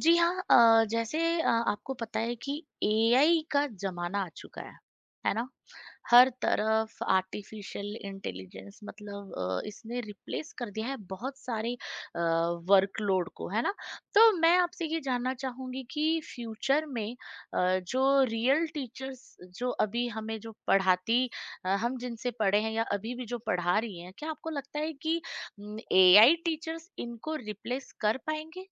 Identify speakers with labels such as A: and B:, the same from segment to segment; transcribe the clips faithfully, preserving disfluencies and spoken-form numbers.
A: जी हाँ, अ, जैसे अ, आपको पता है कि एआई का ज़माना आ चुका है, है ना? हर तरफ आर्टिफ़िशियल इंटेलिजेंस मतलब अ, इसने रिप्लेस कर दिया है बहुत सारे अ, वर्कलोड को, है ना? तो मैं आपसे ये जानना चाहूँगी कि फ्यूचर में अ, जो रियल टीचर्स जो अभी हमें जो पढ़ाती अ, हम जिनसे पढ़े हैं या अभी भी जो पढ़ा रही हैं, क्या आपको लगता है कि उम, एआई टीचर्स इनको रिप्लेस कर पाएँगे?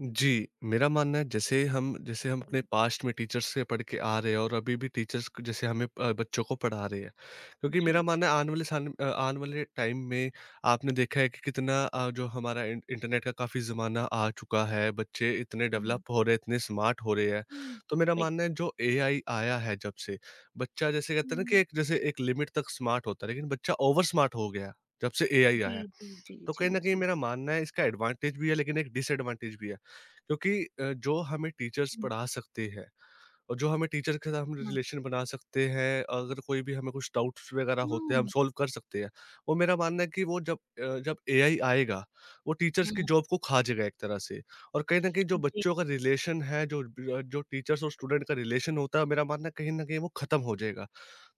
B: जी, मेरा मानना है जैसे हम जैसे हम अपने पास्ट में टीचर्स से पढ़ के आ रहे हैं और अभी भी टीचर्स क जैसे हमें अ, बच्चों को पढ़ा रहे हैं। क्योंकि मेरा
A: जी।
B: मानना है आने वाले सान अ, आने वाले टाइम में आपने देखा है कि कितना अ, जो हमारा इन इंटरनेट का काफ़ी ज़माना आ चुका है, बच्चे इतने
A: हम्म।
B: डेवलप हो रहे हैं, इतने स्मार्ट हो रहे हैं।
A: हम्म।
B: तो मेरा
A: like।
B: मानना है जो एआई आया है जब से, बच्चा जैसे कहते हैं ना कि
A: हम्म।
B: एक जैसे एक लिमिट तक स्मार्ट होता है, लेकिन बच्चा ओवर स्मार्ट हो गया, जब से एआई
A: जी,
B: आया है।
A: जी, जी,
B: तो
A: जी,
B: कहीं न कहीं
A: जी।
B: मेरा मानना है इसका एडवांटेज भी है लेकिन एक डिसएडवांटेज भी है। क्योंकि अ, जो हमें टीचर्स
A: हम्म।
B: पढ़ा सकते हैं और जो हमें टीचर के साथ हम
A: हम्म।
B: रिलेशन बना सकते हैं, अगर कोई भी हमें कुछ डाउट्स वगैरह होते हैं, हम
A: हम्म।
B: सॉल्व कर सकते हैं, वो मेरा मानना है कि वो जब अ, जब एआई आएगा, वो टीचर्स की
A: हम्म।
B: जॉब को खा जाएगा एक तरह से, और कहीं ना कहीं जो
A: जी,
B: बच्चों का रिलेशन है, जो ब- जो टीचर्स और स्टूडेंट का रिलेशन होता है, मेरा मानना है कहीं ना कहीं वो खत्म हो जाएगा।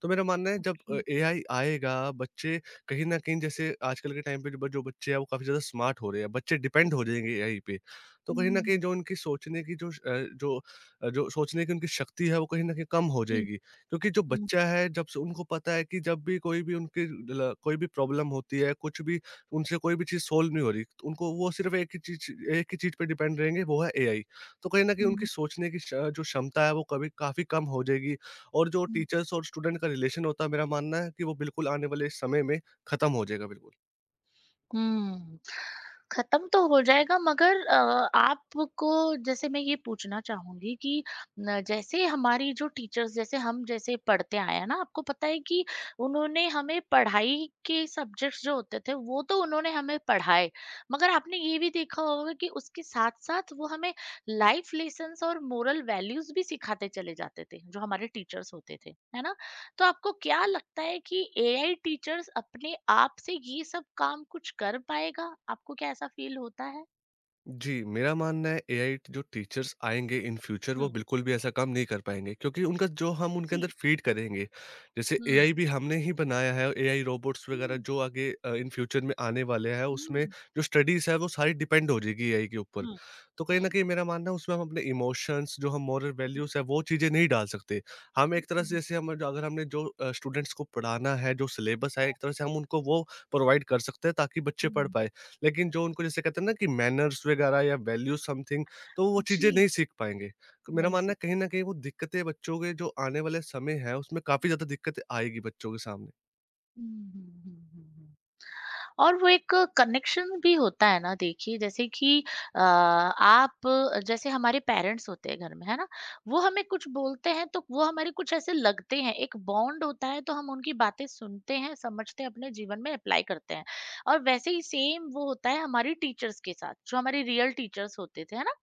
B: तो मेरा मानना है जब
A: जी।
B: एआई आएगा, बच्चे कहीं ना कहीं जैसे आजकल के टाइम पे जो जो बच्चे हैं वो काफी ज्यादा स्मार्ट हो रहे हैं, बच्चे डिपेंड हो जाएंगे एआई पे। तो कहीं न
A: हम्म।
B: कहीं जो उनकी सोचने की जो श अ, जो अ, जो सोचने की उनकी शक्ति है, वो कहीं न कहीं कम हो
A: जी।
B: जाएगी। क्योंकि जो
A: हम्म।
B: बच्चा है, जब से उनको पता है कि जब भी कोई भी उनकी ल कोई भी प्रॉब्लम होती है, कुछ भी उनसे कोई भी चीज़ सॉल्व नहीं हो रही, तो उनको वो सिर्फ़ एक ही चीज़ एक ही चीज़ पे डिपेंड रहेंगे, वो है एआई। तो कहीं न कहीं उनकी
A: हम्म।
B: सोचने की श जो क्षमता है, वो कभी काफ़ी कम हो जाएगी, और जो
A: हम्म।
B: टीचर्स और स्टूडेंट का रिलेशन होता है, मेरा मानना है कि वो बिल्कुल आने वाले समय में खत्म हो जाएगा, बिल्कुल।
A: हुँ। खत्म तो हो जाएगा, मगर अ, आपको जैसे मैं ये पूछना चाहूँगी कि न जैसे हमारी जो टीचर्स, जैसे हम जैसे पढ़ते आए हैं ना, आपको पता है कि उन्होंने हमें पढ़ाई के सब्जेक्ट्स जो होते थे, वो तो उन्होंने हमें पढ़ाए। मगर आपने ये भी देखा होगा कि उसके साथ-साथ वो हमें लाइफ लेसन्स और मोरल वैल्यूज़ भी सिखाते चले जाते थे, जो हमारे टीचर्स होते थे, है ना? तो आपको क्या लगता है कि एआई टीचर्स अपने आप से ये सब काम कुछ कर पाएगा? आपको क्या ऐसा फील होता है?
B: जी, मेरा मानना है एआई जो टीचर्स आएँगे इन फ्यूचर,
A: हुँ,
B: वो बिल्कुल भी ऐसा काम नहीं कर पाएँगे, क्योंकि उनका जो हम उनके अंदर
A: जी।
B: फ़ीड करेंगे, जैसे एआई
A: हुँ।
B: भी हमने ही बनाया है, एआई रोबोट्स
A: हुँ,
B: वग़ैरह
A: हुँ।
B: जो आगे अ, इन फ्यूचर में आने वाले हैं,
A: हुँ,
B: उसमें
A: हुँ।
B: जो स्टडीज़ है वो सारी डिपेंड हो जाएगी एआई के ऊपर।
A: हुँ,
B: तो कहीं न
A: हुँ,
B: कहीं मेरा मानना है उसमें हम अपने इमोशंस, जो हम मॉरल वैल्यूज़ हैं, वो चीज़ें नहीं डाल सकते। हम एक तरह से,
A: हुँ,
B: जैसे हम, अगर हमने जो अ, स्टूडेंट्स को पढ़ाना है, जो सिलेबस है
A: हुँ,
B: एक तरह से हम उनको वो प्रोवाइड कर सकते हैं ताकि बच्चे पढ़
A: हुँ,
B: पाएँ। लेकिन जो उनको जैसे कहते हैं ना कि मैनर्स वगैरह या वैल्यू समथिंग, तो वो चीज़ें
A: जी,
B: नहीं सीख पाएँगे। तो मेरा
A: नहीं
B: मानना है
A: सीख
B: कहीं न कहीं वो दिक्कतें बच्चों के जो आने वाले समय है उसमें काफ़ी ज़्यादा दिक्कतें आएगी बच्चों के सामने।
A: हुँ, हुँ, हुँ, हुँ, हुँ। और वो एक कनेक्शन भी होता है ना, देखिए जैसे कि अ, आप जैसे हमारे पेरेंट्स होते हैं घर में, है ना, वो हमें कुछ बोलते हैं तो वो हमारे कुछ ऐसे लगते हैं, एक बॉन्ड होता है, तो हम उनकी बातें सुनते हैं, समझते हैं, अपने जीवन में अप्लाई करते हैं। और वैसे ही सेम वो होता है हमारी टीचर्स के साथ, जो हमारे रियल टीचर्स होते थे, है ना?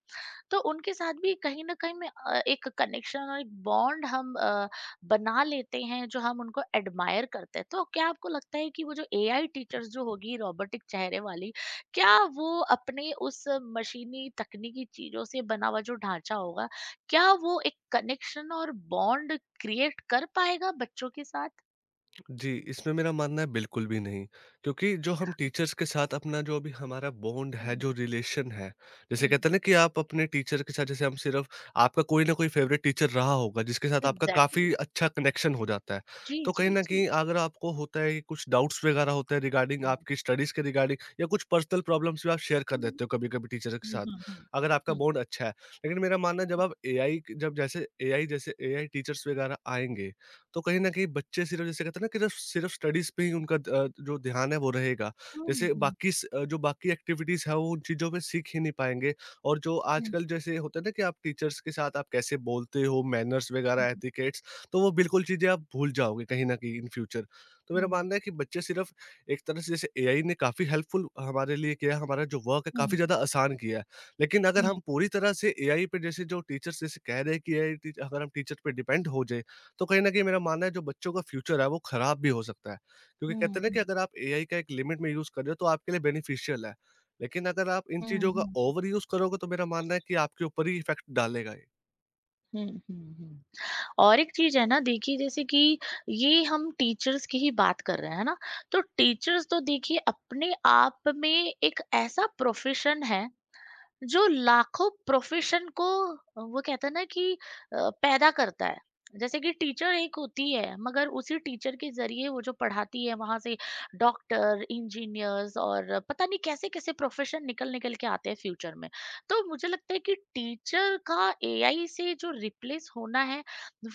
A: तो उनके साथ भी कहीं न कहीं मैं अ, एक कनेक्शन और एक बॉन्ड हम अ, बना लेते हैं, जो हम उनको एडमायर करते हैं। तो क्या आपको लगता है कि वो जो एआई टीचर्स जो होगी रोबोटिक चेहरे वाली, क्या वो अपने उस मशीनी तकनीकी चीज़ों से बना हुआ जो ढांचा होगा, क्या वो एक कनेक्शन और बॉन्ड क्रिएट कर पाएगा बच्चों के साथ?
B: जी, इसमें मेरा मानना है बिल्कुल भी नहीं। क्योंकि जो हम टीचर्स के साथ अपना जो भी हमारा बॉन्ड है,
A: हुँ,
B: जो रिलेशन है, जैसे
A: हुँ।
B: कहते हैं ना कि आप अपने टीचर के साथ, जैसे हम सिर्फ़ आपका कोई ना कोई फ़ेवरेट टीचर रहा होगा, जिसके साथ आपका
A: एग्ज़ैक्टली।
B: काफ़ी अच्छा कनेक्शन हो जाता है।
A: जी,
B: तो
A: जी,
B: कहीं न
A: जी।
B: कहीं अगर आपको होता है कि कुछ डाउट्स वगैरह होते हैं रिगार्डिंग
A: हुँ,
B: आपकी स्टडीज़ के रिगार्डिंग, या कुछ पर्सनल प्रॉब्लम्स भी आप शेयर कर
A: हुँ,
B: देते हो कभी-कभी टीचर के
A: हुँ,
B: साथ,
A: हुँ,
B: अगर आपका
A: हुँ,
B: बॉन्ड अच्छा है। लेकिन मेरा मानना है जब आप एआई क जब जैसे एआई जैसे एआई टीचर्स वगैरह आएँगे, तो कहीं न कहीं बच्चे सिर्फ़, जैसे कहते हैं ना कि जस्ट, सिर्फ़ स्टडीज़ पे ही उनका ध- अ, जो ध्यान है वो रहेगा।
A: हुँ,
B: जैसे
A: हुँ,
B: बाकी स अ, जो बाकी एक्टिविटीज़ हैं वो उन चीज़ों में सीख ही नहीं पाएँगे, और जो
A: हुँ,
B: आजकल जैसे होता है ना कि आप टीचर्स के साथ आप कैसे बोलते हो, मैनर्स वग़ैरह
A: हुँ,
B: एटिकेट्स, तो वो बिल्कुल चीज़ें आप भूल जाओगे कहीं न कहीं इन फ्यूचर। तो मेरा
A: हुँ,
B: मानना है कि बच्चे सिर्फ़ एक तरह से, जैसे एआई ने काफ़ी हेल्पफुल हमारे लिए किया है, हमारा जो वर्क है
A: हुँ।
B: काफ़ी ज़्यादा आसान किया है। लेकिन अगर
A: हुँ,
B: हम पूरी तरह से एआई पे जैसे जो टीचर्स जैसे कह रहे हैं कि एआई टी अगर हम टीचर पे डिपेंड हो जाएँ, तो कहीं न कहीं मेरा मानना है जो बच्चों का फ्यूचर है वो खराब भी हो सकता है। क्योंकि कहते
A: हुँ,
B: हैं ना कि
A: हुँ,
B: अगर आप एआई का एक लिमिट में यूज़ कर रहे हो तो आपके लिए बेनिफिशियल है। लेकिन अगर आप इन
A: हुँ,
B: चीज़ों का
A: हुँ,
B: ओवर यूज़ करोगे तो मेरा मानना है कि आपके ऊपर ही इफ़ेक्ट डालेगा ये।
A: हुँ, हुँ। हुँ। और एक चीज़ है ना, देखिए जैसे कि ये हम टीचर्स की ही बात कर रहे हैं, है ना? तो टीचर्स तो देखिए अपने आप में एक ऐसा प्रोफ़ेशन है जो लाखों प्रोफेशन को अ, वो कहते हैं ना कि अ, पैदा करता है। जैसे कि टीचर एक होती है, मगर उसी टीचर के जरिए वो जो पढ़ाती है वहां से डॉक्टर, इंजीनियर्स और पता नहीं कैसे कैसे प्रोफेशन निकल निकल के आते हैं फ्यूचर में। तो मुझे लगता है कि टीचर का एआई से जो रिप्लेस होना है,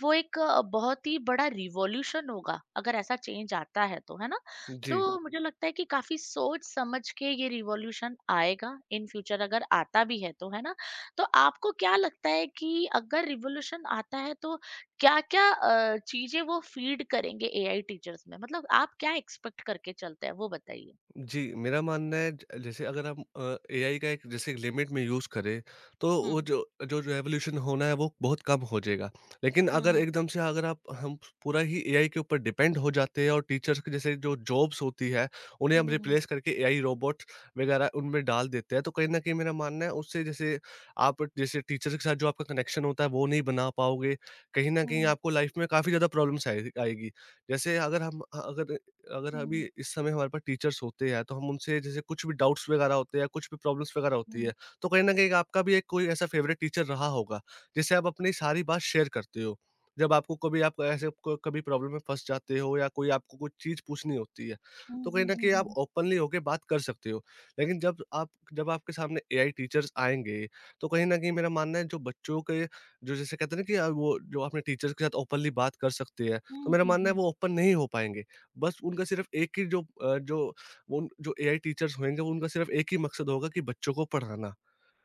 A: वो एक अ, बहुत ही बड़ा रिवॉल्यूशन होगा अगर ऐसा चेंज आता है तो, है ना?
B: जी।
A: तो मुझे लगता है कि काफी सोच समझ के ये रिवॉल्यूशन आएगा इन फ्यूचर, अगर आता भी है तो, है ना? तो आपको क्या लगता है कि अगर रिवॉल्यूशन आता है तो क्या-क्या चीजें वो फीड करेंगे एआई टीचर्स में, मतलब आप क्या एक्सPECT करके चलते हैं वो बताइए।
B: जी, मेरा मानना है ज जैसे अगर हम अ, एआई का एक जैसे लिमिट में यूज़ करें, तो वो
A: हम्म,
B: जो जो रेवोल्यूशन होना है वो बहुत कम हो जाएगा। लेकिन अगर
A: हम्म,
B: एकदम से अगर आप हम पूरा ही एआई के ऊपर डिपेंड हो जाते हैं और टीचर्स की जैसे जो जॉब्स होती है, उन्हें हम
A: हम्म,
B: रिप्लेस करके एआई रोबोट्स वगैरह उनमें डाल देते हैं, तो कहीं न कहीं मेरा मानना है उससे, जैसे आप जैसे टीचर के साथ जो आपका कनेक्शन होता है वो नहीं बना पाओगे। कहीं न कहीं
A: हम्म,
B: आपको लाइफ़ में काफ़ी ज़्यादा प्रॉब्लम्स आए आएगी। जैसे अगर हम अ, अगर अगर अभी
A: हम्म,
B: इस समय हमारे पास टीचर्स होते हैं, तो हम उनसे जैसे कुछ भी डाउट्स वगैरह होते हैं, कुछ भी प्रॉब्लम्स वगैरह होती
A: हम्म,
B: है, तो कहीं न कहीं आपका भी एक कोई ऐसा फ़ेवरेट टीचर रहा होगा, जिससे आप अपनी सारी बात शेयर करते हो। जब आपको कभी आप ऐसे क कभी प्रॉब्लम में फँस जाते हो, या कोई आपको कोई चीज़ पूछनी होती है, तो कहीं
A: हम्म,
B: न कहीं आप
A: हम्म,
B: ओपनली होके बात कर सकते हो। लेकिन जब आप जब आपके सामने एआई टीचर्स आएँगे, तो कहीं न कहीं मेरा मानना है जो बच्चों के जो जैसे कहते हैं ना कि अ, वो जो अपने टीचर्स के साथ ओपनली बात कर सकते हैं,
A: हम्म,
B: तो मेरा मानना है
A: हम्म,
B: वो ओपन नहीं हो पाएँगे। बस उनका सिर्फ एक ही जो अ, जो उन जो एआई टीचर्स होंगे उनका सिर्फ एक ही मकसद होगा कि बच्चों को पढ़ाना।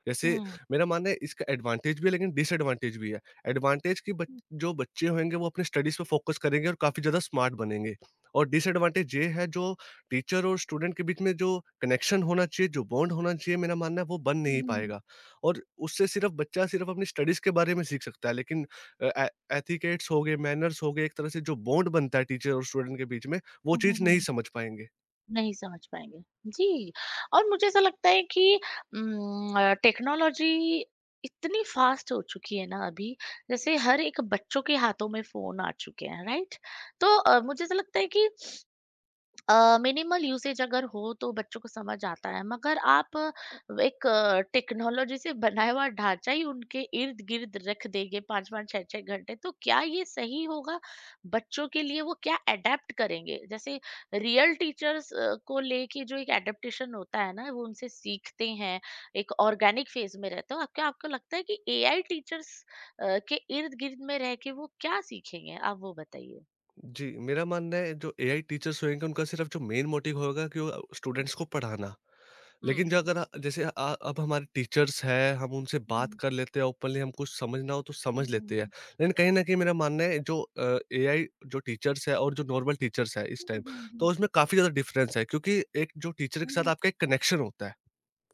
B: जैसे
A: हम्म,
B: मेरा मानना है इसका एडवांटेज भी है लेकिन डिसएडवांटेज भी है। एडवांटेज कि बच
A: हम्म,
B: जो बच्चे होंगे वो अपने स्टडीज़ पे फ़ोकस करेंगे और काफ़ी ज़्यादा स्मार्ट बनेंगे। और डिसएडवांटेज ये है, जो टीचर और स्टूडेंट के बीच में जो कनेक्शन होना चाहिए, जो बॉन्ड होना चाहिए, मेरा मानना है वो बन नहीं पाएगा। और उससे सिर्फ़ बच्चा सिर्फ़ अपनी स्टडीज़ के बारे में सीख सकता है, लेकिन अ, ए एथिकेट्स हो गए, मैनर्स हो गए, एक तरह से जो बॉन्ड बनता है टीचर और स्टूडेंट के बीच में, वो
A: हम्म,
B: चीज़ नहीं
A: हम्म।
B: समझ पाएँगे।
A: नहीं समझ पाएँगे। जी। और मुझे ऐसा लगता है कि उम, अ, टेक्नोलॉजी इतनी फ़ास्ट हो चुकी है ना अभी, जैसे हर एक बच्चों के हाथों में फ़ोन आ चुके हैं, राइट? तो अ, मुझे ऐसा लगता है कि मिनिमल यूसेज अगर हो तो बच्चों को समझ आता है, मगर आप अ, एक टेक्नोलॉजी से बनाया हुआ ढांचा ही उनके इर्द गिर्द रख देंगे पाँच पाँच छः छः घंटे, तो क्या ये सही होगा बच्चों के लिए? वो क्या अडेप्ट करेंगे? जैसे रियल टीचर्स को लेके जो एक एडेप्टेशन होता है ना वो उनसे सीखते हैं, एक ऑर्गेनिक फेज में रहते हो। आप- क्या आपको लगता है कि एआई टीचर्स के इर्द गिर्द में रह के वो क्या सीखेंगे, आप वो बताइए।
B: जी, मेरा मानना है जो एआई टीचर्स होंगे उनका सिर्फ जो मेन मोटिव होगा कि वो स्टूडेंट्स को पढ़ाना।
A: हम्म,
B: लेकिन जो
A: हम्म,
B: अगर आ- जैसे अ, अब हमारे टीचर्स हैं, हम उनसे बात
A: हम्म,
B: कर लेते हैं ओपनली, हम कुछ समझना हो तो समझ लेते हैं।
A: हम्म।
B: लेकिन कहीं न कहीं मेरा मानना है जो अ, एआई जो टीचर्स है और जो नॉर्मल टीचर्स है इस
A: हुँ,
B: टाइम,
A: हुँ,
B: तो
A: हुँ।
B: उसमें काफ़ी ज़्यादा डिफरेंस है, क्योंकि एक जो टीचर
A: हुँ,
B: के साथ
A: हुँ।
B: आपका एक कनेक्शन होता है।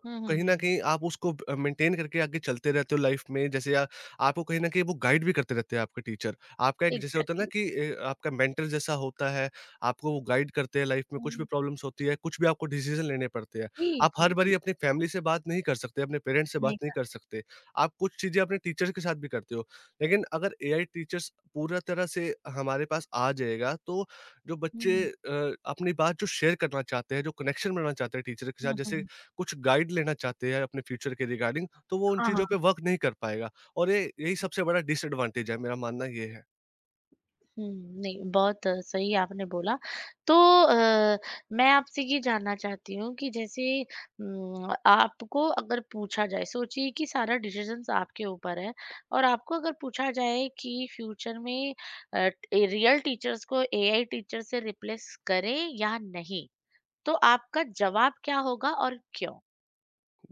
A: हुँ, हुँ,
B: कहीं
A: हुँ,
B: न
A: हुँ।
B: कहीं आप उसको अ, मेंटेन करके आगे चलते रहते हो लाइफ़ में। जैसे अ, आपको कहीं न कहीं वो गाइड भी करते रहते हैं आपके टीचर। आपका एक जैसे होता है ना
A: एग्ज़ैक्टली।
B: कि ए, आपका मेंटर जैसा होता है, आपको वो गाइड करते हैं लाइफ़ में, कुछ भी
A: हुँ।
B: प्रॉब्लम्स होती है, कुछ भी आपको डिसीज़न लेने पड़ते हैं।
A: जी,
B: आप
A: जी,
B: हर
A: जी।
B: बारी अपनी फैमिली से बात नहीं कर सकते, अपने पेरेंट्स से
A: नहीं
B: बात नहीं
A: क
B: कर सकते। आप कुछ चीज़ें अपने टीचर्स के साथ भी करते हो। लेकिन अगर एआई टीचर्स पूरा तरह से हमारे पास आ जाएगा, तो जो बच्चे
A: हुँ।
B: अ, अपनी बात जो शेयर करना चाहते हैं, जो कनेक्शन बनाना चाहते हैं टीचर के साथ,
A: हुँ, हुँ,
B: जैसे
A: हुँ।
B: कुछ गाइड लेना चाहते हैं अपने फ्यूचर के रिगार्डिंग, तो वो उन
A: हाँ, हाँ।
B: चीज़ों पे वर्क नहीं कर पाएगा, और ये यही सबसे बड़ा डिसएडवांटेज है, मेरा मानना ये है।
A: हुँ, नहीं बहुत अ, सही आपने बोला। तो अ, मैं आपसे ये जानना चाहती हूँ कि जैसे उम, आपको अगर पूछा जाए, सोचिए कि सारा डिसीज़न्स आपके ऊपर है और आपको अगर पूछा जाए कि फ्यूचर में अ, ए रियल टीचर्स को एआई टीचर से रिप्लेस करें या नहीं? तो आपका जवाब क्या होगा और क्यों?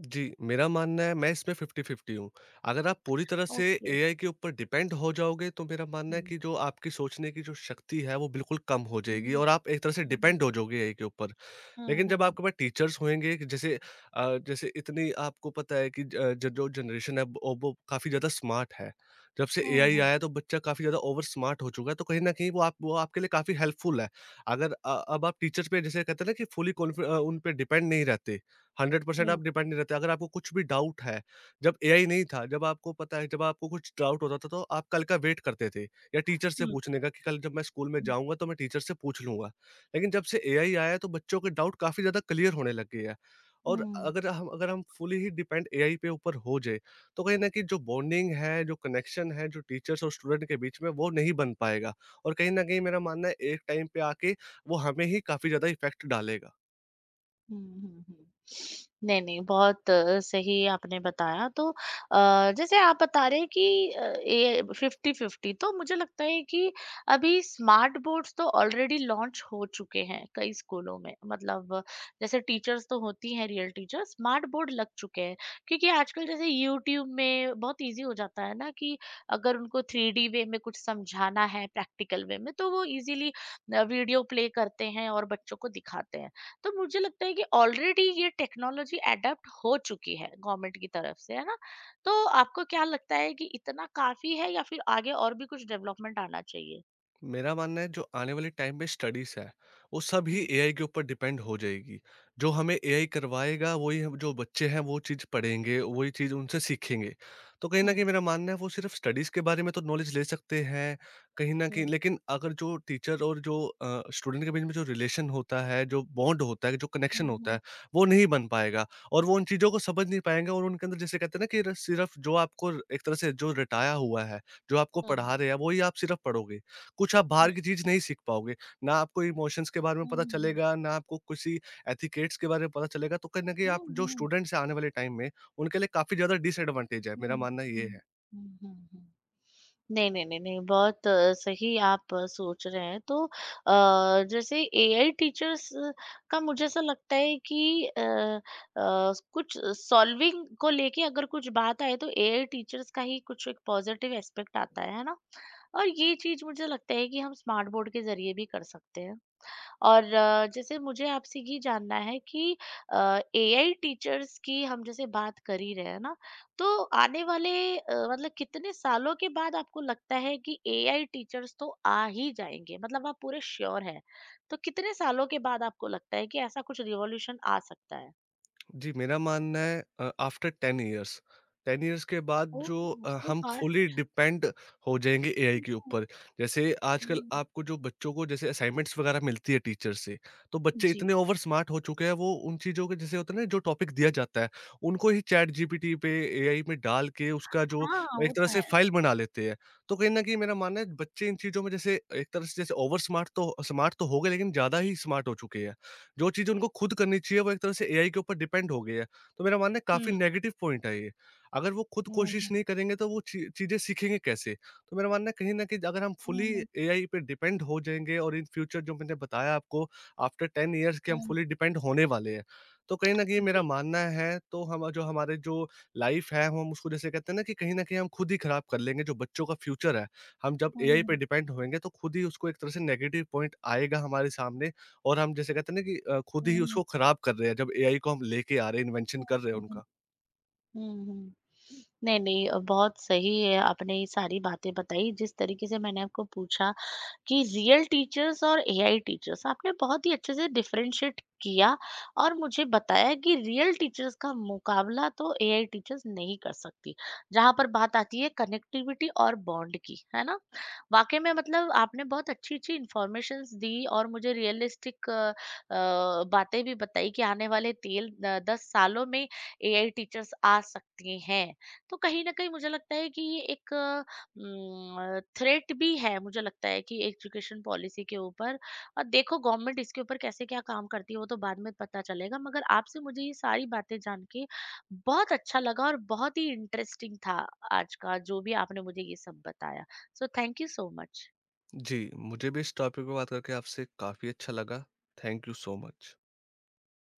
B: जी, मेरा मानना है मैं इसमें फिफ्टी फिफ्टी हूँ। अगर आप पूरी तरह से
A: ओके।
B: एआई के ऊपर डिपेंड हो जाओगे, तो मेरा मानना है
A: हुँ।
B: कि जो आपकी सोचने की जो शक्ति है, वो बिल्कुल कम हो जाएगी
A: 嗯
B: और आप एक तरह से
A: 嗯
B: डिपेंड हो जाओगे एआई के ऊपर।
A: 嗯
B: लेकिन जब
A: 嗯
B: आपके पास टीचर्स होंगे कि जैसे अ, जैसे इतनी आपको पता है कि ज अ, ज जो जनरेशन है वो वो काफ़ी ज़्यादा स्मार्ट है। जब से एआई
A: 嗯
B: आया है तो बच्चा काफ़ी ज़्यादा ओवर स्मार्ट हो चुका है, तो कहीं न कहीं वो आप वो आपके लिए काफ़ी हेल्पफुल है। अगर अ, अब आप टीचर्स पे जैसे कहते हैं ना कि फुली कॉन्फि अ, उन पे डिपेंड नहीं रहते, हंड्रेड परसेंट
A: 嗯
B: आप डिपेंड नहीं रहते। अगर आपको कुछ भी डाउट है, जब एआई नहीं था, जब आपको पता है जब आपको कुछ डाउट होता था तो आप कल का वेट करते थे या टीचर
A: 嗯
B: से
A: 嗯
B: पूछने का कि कल जब मैं स्कूल में
A: 嗯
B: जाऊँगा तो मैं टीचर से पूछ लूँगा। लेकिन जब से एआई आया है तो बच्चों के डाउट काफ़ी ज़्यादा क्लियर होने लग गए हैं और
A: 嗯
B: अगर हम अगर हम फुली ही डिपेंड एआई पे ऊपर हो जाए तो कहीं ना कहीं जो बॉन्डिंग है, जो कनेक्शन है जो टीचर्स और स्टूडेंट के बीच में, वो नहीं बन पाएगा। और कहीं ना कहीं मेरा मानना है एक टाइम पे आके वो हमें ही काफ़ी ज़्यादा इफेक्ट डालेगा।
A: 嗯嗯嗯嗯。नहीं, नहीं, बहुत अ, सही आपने बताया। तो अ, जैसे आप बता रहे हैं कि अ, ये फिफ्टी फिफ्टी, तो मुझे लगता है कि अभी स्मार्ट बोर्ड्स तो ऑलरेडी लॉन्च हो चुके हैं कई स्कूलों में, मतलब अ, जैसे टीचर्स तो होती हैं रियल टीचर, स्मार्ट बोर्ड लग चुके हैं क्योंकि आजकल जैसे यूट्यूब में बहुत इजी हो जाता है ना कि अगर उनको थ्री डी वे में कुछ समझाना है, प्रैक्टिकल वे में, तो वो इजीली वीडियो प्ले करते हैं और बच्चों को दिखाते हैं। तो मुझे लगता है कि ऑलरेडी ये टेक्नोलॉजी अडेप्ट हो चुकी है गवर्नमेंट की तरफ से, है ना? तो आपको क्या लगता है कि इतना काफी है या फिर आगे और भी कुछ डेवलपमेंट आना चाहिए?
B: मेरा मानना है जो आने वाले टाइम में स्टडीज है वो सभी
A: हम्म,
B: एआई के ऊपर डिपेंड हो जाएगी। जो हमें एआई करवाएगा वही हम, जो बच्चे हैं, वो चीज़ पढ़ेंगे, वही चीज़ उनसे सीखेंगे। तो कहीं ना
A: हम्म,
B: कहीं मेरा मानना है वो सिर्फ स्टडीज के बारे में तो नॉलेज ले सकते हैं कहीं ना कहीं,
A: हम्म,
B: लेकिन अगर जो टीचर और जो स्टूडेंट के बीच में जो रिलेशन होता है, जो बॉन्ड होता है, जो कनेक्शन होता
A: हम्म,
B: है, वो नहीं बन पाएगा। और वो उन चीज़ों को समझ नहीं पाएंगे और उनके अंदर, जैसे कहते हैं ना कि सिर्फ जो आपको एक तरह से जो रटाया हुआ है, जो आपको पढ़ा
A: हम्म,
B: रहे हैं वही आप सिर्फ पढ़ोगे। कुछ आप
A: हम्म,
B: बाहर की चीज़ नहीं सीख पाओगे। ना आपको इमोशंस के बारे में पता
A: हम्म,
B: चलेगा, ना आपको किसी एथिकेट्स के बारे में पता चलेगा। तो कहीं न कहीं
A: हम्म,
B: आप
A: हम्म,
B: जो
A: हम्म,
B: स्टूडेंट्स हैं आने वाले टाइम में, उनके लिए काफ़ी ज़्यादा डिसएडवांटेज है,
A: हम्म,
B: मेरा मानना ये
A: हम्म,
B: है।
A: हम्म, हम्म, हम्म, हम्म। नहीं, नहीं, नहीं, नहीं, बहुत अ, सही आप अ, सोच रहे हैं। तो अ, जैसे एआई टीचर्स का मुझे ऐसा लगता है कि अ अ, कुछ सॉल्विंग को लेके अगर कुछ बात आए तो एआई टीचर्स का ही कुछ एक पॉजिटिव एस्पेक्ट आता है, है ना? और ये चीज़ मुझे लगता है कि हम स्मार्ट बोर्ड के ज़रिए भी कर सकते हैं। और अ, जैसे मुझे आपसे ये जानना है कि एआई टीचर्स की हम जैसे बात कर ही रहे हैं ना, तो आने वाले अ, मतलब कितने सालों के बाद आपको लगता है कि एआई टीचर्स तो आ ही जाएंगे, मतलब आप पूरे श्योर हैं? तो कितने सालों के बाद आपको लगता है कि ऐसा कुछ रिवॉल्यूशन आ सकता है?
B: जी, मेरा मानना है अ, after ten years. Ten years के बाद जो
A: ओह
B: अ,
A: सो
B: हम फुली
A: फास्ट।
B: डिपेंड हो जाएँगे एआई के ऊपर। जैसे आजकल आपको जो बच्चों को जैसे असाइनमेंट्स वगैरह मिलती है टीचर से, तो बच्चे
A: जी।
B: इतने ओवर स्मार्ट हो चुके हैं, वो उन चीज़ों के, जैसे होता है ना, जो टॉपिक दिया जाता है, उनको ही चैट जीपीटी पे, एआई में डाल के उसका जो
A: हाँ वो
B: एक तरह
A: तो है।
B: से फ़ाइल बना लेते हैं। तो कहीं न कहीं मेरा मानना है बच्चे इन चीज़ों में, जैसे एक तरह से, जैसे ओवर स्मार्ट तो स्मार्ट तो हो गए, लेकिन ज़्यादा ही स्मार्ट हो चुके हैं। जो चीज़ उनको खुद करनी चाहिए वो एक तरह से एआई के ऊपर डिपेंड हो गई है। तो मेरा मानना है काफ़ी
A: हम्म,
B: नेगेटिव पॉइंट है ये। अगर वो खुद कोशिश
A: हम्म,
B: नहीं करेंगे तो वो ची चीज़ें सीखेंगे कैसे? तो मेरा मानना है कहीं न कहीं अगर हम
A: हम्म,
B: फुली
A: हम्म,
B: एआई पे डिपेंड हो जाएँगे, और इन फ्यूचर जो मैंने बताया आपको, आफ्टर टेन इयर्स के हम
A: हम्म,
B: फुली डिपेंड होने वाले हैं। तो कहीं न कहीं मेरा
A: जी,
B: मानना है तो हम, जो हमारे जो लाइफ़ है, हम उसको, जैसे कहते हैं ना, कि कहीं न कहीं हम खुद ही खराब कर लेंगे जो बच्चों का फ्यूचर है। हम जब
A: हम्म,
B: एआई पे
A: हम्म,
B: डिपेंड होएँगे तो खुद ही उसको एक तरह से नेगेटिव पॉइंट आएगा हमारे सामने, और हम, जैसे कहते हैं ना, कि अ, खुद ही
A: हम्म,
B: उसको खराब कर रहे हैं जब एआई को हम लेके आ रहे हैं,
A: हम्म,
B: इन्वेंशन कर रहे हैं
A: हम्म,
B: उनका।
A: हम्म, हम्म। नहीं, नहीं अ, बहुत सही है, आपने ये सारी बातें बताई जिस तरीके से मैंने आपको पूछा कि रियल टीचर्स और एआई टीचर्स। आपने बहुत ही अच्छे से डिफरेंशिएट किया और मुझे बताया कि रियल टीचर्स का मुकाबला तो एआई टीचर्स नहीं कर सकती जहां पर बात आती है कनेक्टिविटी और बॉन्ड की, है ना? वाकई में, मतलब आपने बहुत अच्छी अच्छी इंफॉर्मेशन दी और मुझे रियलिस्टिक बातें भी बताई कि आने वाले तेल दस सालों में एआई टीचर्स आ सकती हैं। तो कहीं ना कहीं मुझे लगता है कि ये एक थ्रेट भी है मुझे लगता है कि एजुकेशन पॉलिसी के ऊपर। और देखो गवर्नमेंट इसके ऊपर कैसे क्या काम करती है वो तो बाद में पता चलेगा, मगर आपसे मुझे ये सारी बातें जान के बहुत अच्छा लगा और बहुत ही इंटरेस्टिंग था आज का जो भी आपने मुझे ये सब बताया। So thank you so much.
B: जी, मुझे भी इस टॉपिक पे बात करके आपसे काफ़ी अच्छा लगा। Thank you so much.